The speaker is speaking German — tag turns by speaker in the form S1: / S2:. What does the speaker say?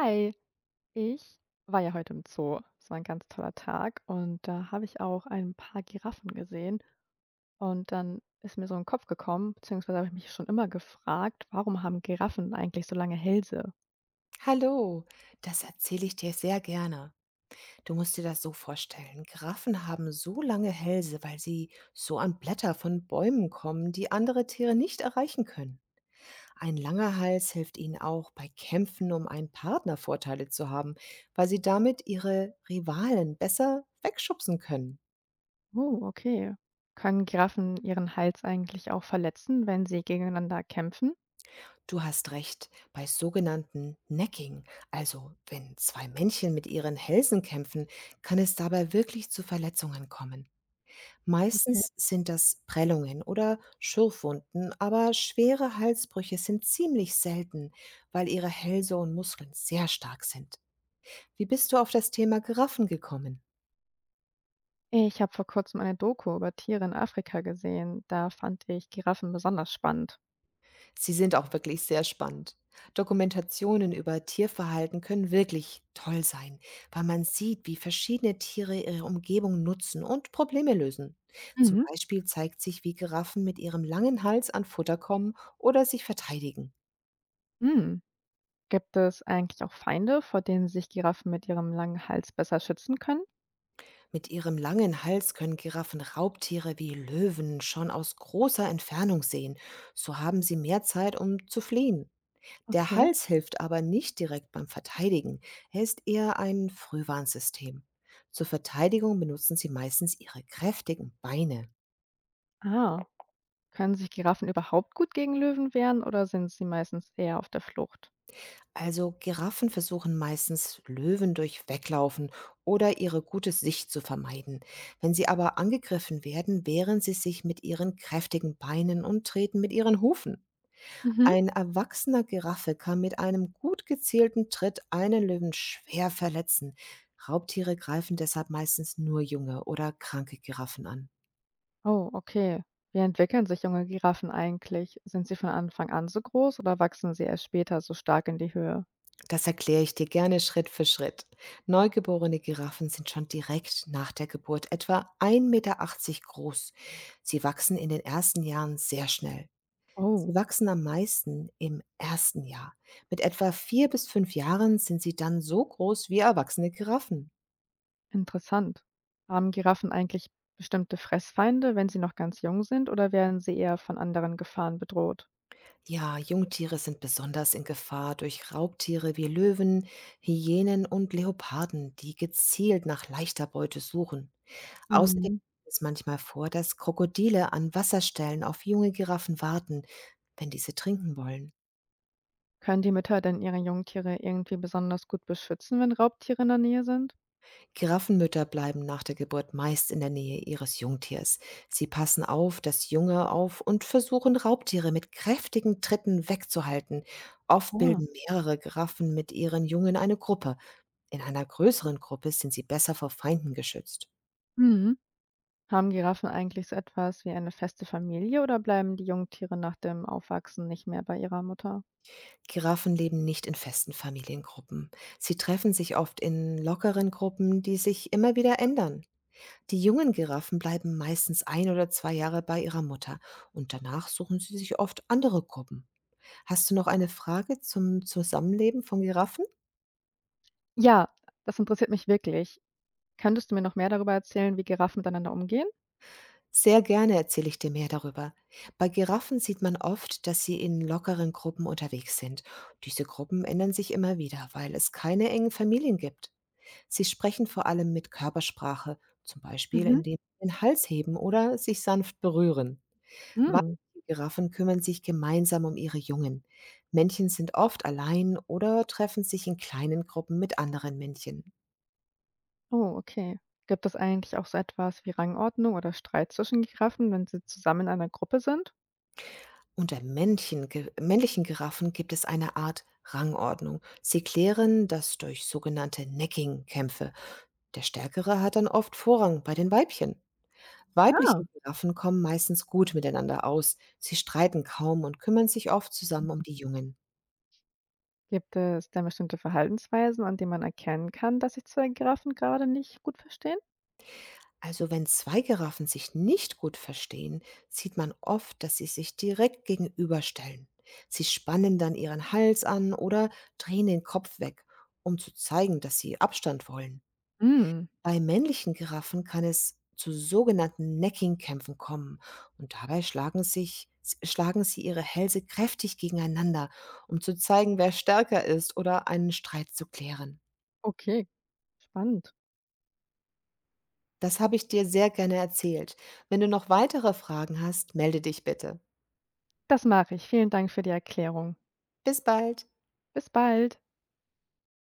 S1: Hi, ich war ja heute im Zoo. Es war ein ganz toller Tag und da habe ich auch ein paar Giraffen gesehen und dann ist mir so in den Kopf gekommen, beziehungsweise habe ich mich schon immer gefragt, warum haben Giraffen eigentlich so lange Hälse?
S2: Hallo, das erzähle ich dir sehr gerne. Du musst dir das so vorstellen. Giraffen haben so lange Hälse, weil sie so an Blätter von Bäumen kommen, die andere Tiere nicht erreichen können. Ein langer Hals hilft ihnen auch bei Kämpfen, um einen Partner Vorteile zu haben, weil sie damit ihre Rivalen besser wegschubsen können.
S1: Oh, okay. Können Giraffen ihren Hals eigentlich auch verletzen, wenn sie gegeneinander kämpfen?
S2: Du hast recht, bei sogenannten Necking, also wenn zwei Männchen mit ihren Hälsen kämpfen, kann es dabei wirklich zu Verletzungen kommen.
S1: Okay.
S2: Meistens sind das Prellungen oder Schürfwunden, aber schwere Halsbrüche sind ziemlich selten, weil ihre Hälse und Muskeln sehr stark sind. Wie bist du auf das Thema Giraffen gekommen?
S1: Ich habe vor kurzem eine Doku über Tiere in Afrika gesehen. Da fand ich Giraffen besonders spannend.
S2: Sie sind auch wirklich sehr spannend. Dokumentationen über Tierverhalten können wirklich toll sein, weil man sieht, wie verschiedene Tiere ihre Umgebung nutzen und Probleme lösen. Zum
S1: Mhm.
S2: Beispiel zeigt sich, wie Giraffen mit ihrem langen Hals an Futter kommen oder sich verteidigen.
S1: Mm. Gibt es eigentlich auch Feinde, vor denen sich Giraffen mit ihrem langen Hals besser schützen können?
S2: Mit ihrem langen Hals können Giraffen Raubtiere wie Löwen schon aus großer Entfernung sehen. So haben sie mehr Zeit, um zu fliehen. Der
S1: Okay.
S2: Hals hilft aber nicht direkt beim Verteidigen. Er ist eher ein Frühwarnsystem. Zur Verteidigung benutzen sie meistens ihre kräftigen Beine.
S1: Ah, können sich Giraffen überhaupt gut gegen Löwen wehren oder sind sie meistens eher auf der Flucht?
S2: Also Giraffen versuchen meistens Löwen durch Weglaufen oder ihre gute Sicht zu vermeiden. Wenn sie aber angegriffen werden, wehren sie sich mit ihren kräftigen Beinen und treten mit ihren Hufen.
S1: Mhm.
S2: Ein erwachsener Giraffe kann mit einem gut gezielten Tritt einen Löwen schwer verletzen. Raubtiere greifen deshalb meistens nur junge oder kranke Giraffen an.
S1: Oh, okay. Wie entwickeln sich junge Giraffen eigentlich? Sind sie von Anfang an so groß oder wachsen sie erst später so stark in die Höhe?
S2: Das erkläre ich dir gerne Schritt für Schritt. Neugeborene Giraffen sind schon direkt nach der Geburt etwa 1,80 Meter groß. Sie wachsen in den ersten Jahren sehr schnell.
S1: Oh,
S2: Sie wachsen am meisten im ersten Jahr. Mit etwa 4 bis 5 Jahren sind sie dann so groß wie erwachsene Giraffen.
S1: interessant. Haben Giraffen eigentlich bestimmte Fressfeinde, wenn sie noch ganz jung sind, oder werden sie eher von anderen Gefahren bedroht?
S2: Ja, Jungtiere sind besonders in Gefahr durch Raubtiere wie Löwen, Hyänen und Leoparden, die gezielt nach leichter Beute suchen. Außerdem
S1: Mhm.
S2: kommt es manchmal vor, dass Krokodile an Wasserstellen auf junge Giraffen warten, wenn diese trinken wollen.
S1: Können die Mütter denn ihre Jungtiere irgendwie besonders gut beschützen, wenn Raubtiere in der Nähe sind?
S2: Giraffenmütter bleiben nach der Geburt meist in der Nähe ihres Jungtiers. Sie passen auf das Junge auf und versuchen Raubtiere mit kräftigen Tritten wegzuhalten. Oft
S1: Ah,
S2: bilden mehrere Giraffen mit ihren Jungen eine Gruppe. In einer größeren Gruppe sind sie besser vor Feinden geschützt.
S1: mhm. Haben Giraffen eigentlich so etwas wie eine feste Familie oder bleiben die Jungtiere nach dem Aufwachsen nicht mehr bei ihrer Mutter?
S2: Giraffen leben nicht in festen Familiengruppen. Sie treffen sich oft in lockeren Gruppen, die sich immer wieder ändern. Die jungen Giraffen bleiben meistens 1 oder 2 Jahre bei ihrer Mutter und danach suchen sie sich oft andere Gruppen. Hast du noch eine Frage zum Zusammenleben von Giraffen?
S1: Ja, das interessiert mich wirklich. Könntest du mir noch mehr darüber erzählen, wie Giraffen miteinander umgehen?
S2: Sehr gerne erzähle ich dir mehr darüber. Bei Giraffen sieht man oft, dass sie in lockeren Gruppen unterwegs sind. Diese Gruppen ändern sich immer wieder, weil es keine engen Familien gibt. Sie sprechen vor allem mit Körpersprache, zum Beispiel
S1: Mhm.
S2: indem sie den Hals heben oder sich sanft berühren.
S1: Mhm.
S2: Weibliche Giraffen kümmern sich gemeinsam um ihre Jungen. Männchen sind oft allein oder treffen sich in kleinen Gruppen mit anderen Männchen.
S1: Oh, okay. Gibt es eigentlich auch so etwas wie Rangordnung oder Streit zwischen Giraffen, wenn sie zusammen in einer Gruppe sind?
S2: Unter Männchen, männlichen Giraffen gibt es eine Art Rangordnung. Sie klären das durch sogenannte Necking-Kämpfe. Der Stärkere hat dann oft Vorrang bei den Weibchen. Weibliche
S1: Ja.
S2: Giraffen kommen meistens gut miteinander aus. Sie streiten kaum und kümmern sich oft zusammen um die Jungen.
S1: Gibt es denn bestimmte Verhaltensweisen, an denen man erkennen kann, dass sich zwei Giraffen gerade nicht gut verstehen?
S2: Also wenn zwei Giraffen sich nicht gut verstehen, sieht man oft, dass sie sich direkt gegenüberstellen. Sie spannen dann ihren Hals an oder drehen den Kopf weg, um zu zeigen, dass sie Abstand wollen.
S1: Mm,
S2: Bei männlichen Giraffen kann es zu sogenannten Necking-Kämpfen kommen und dabei schlagen sie ihre Hälse kräftig gegeneinander, um zu zeigen, wer stärker ist oder einen Streit zu klären.
S1: okay, spannend.
S2: Das habe ich dir sehr gerne erzählt. Wenn du noch weitere Fragen hast, melde dich bitte.
S1: Das mache ich. Vielen Dank für die Erklärung.
S2: Bis bald!
S1: Bis bald.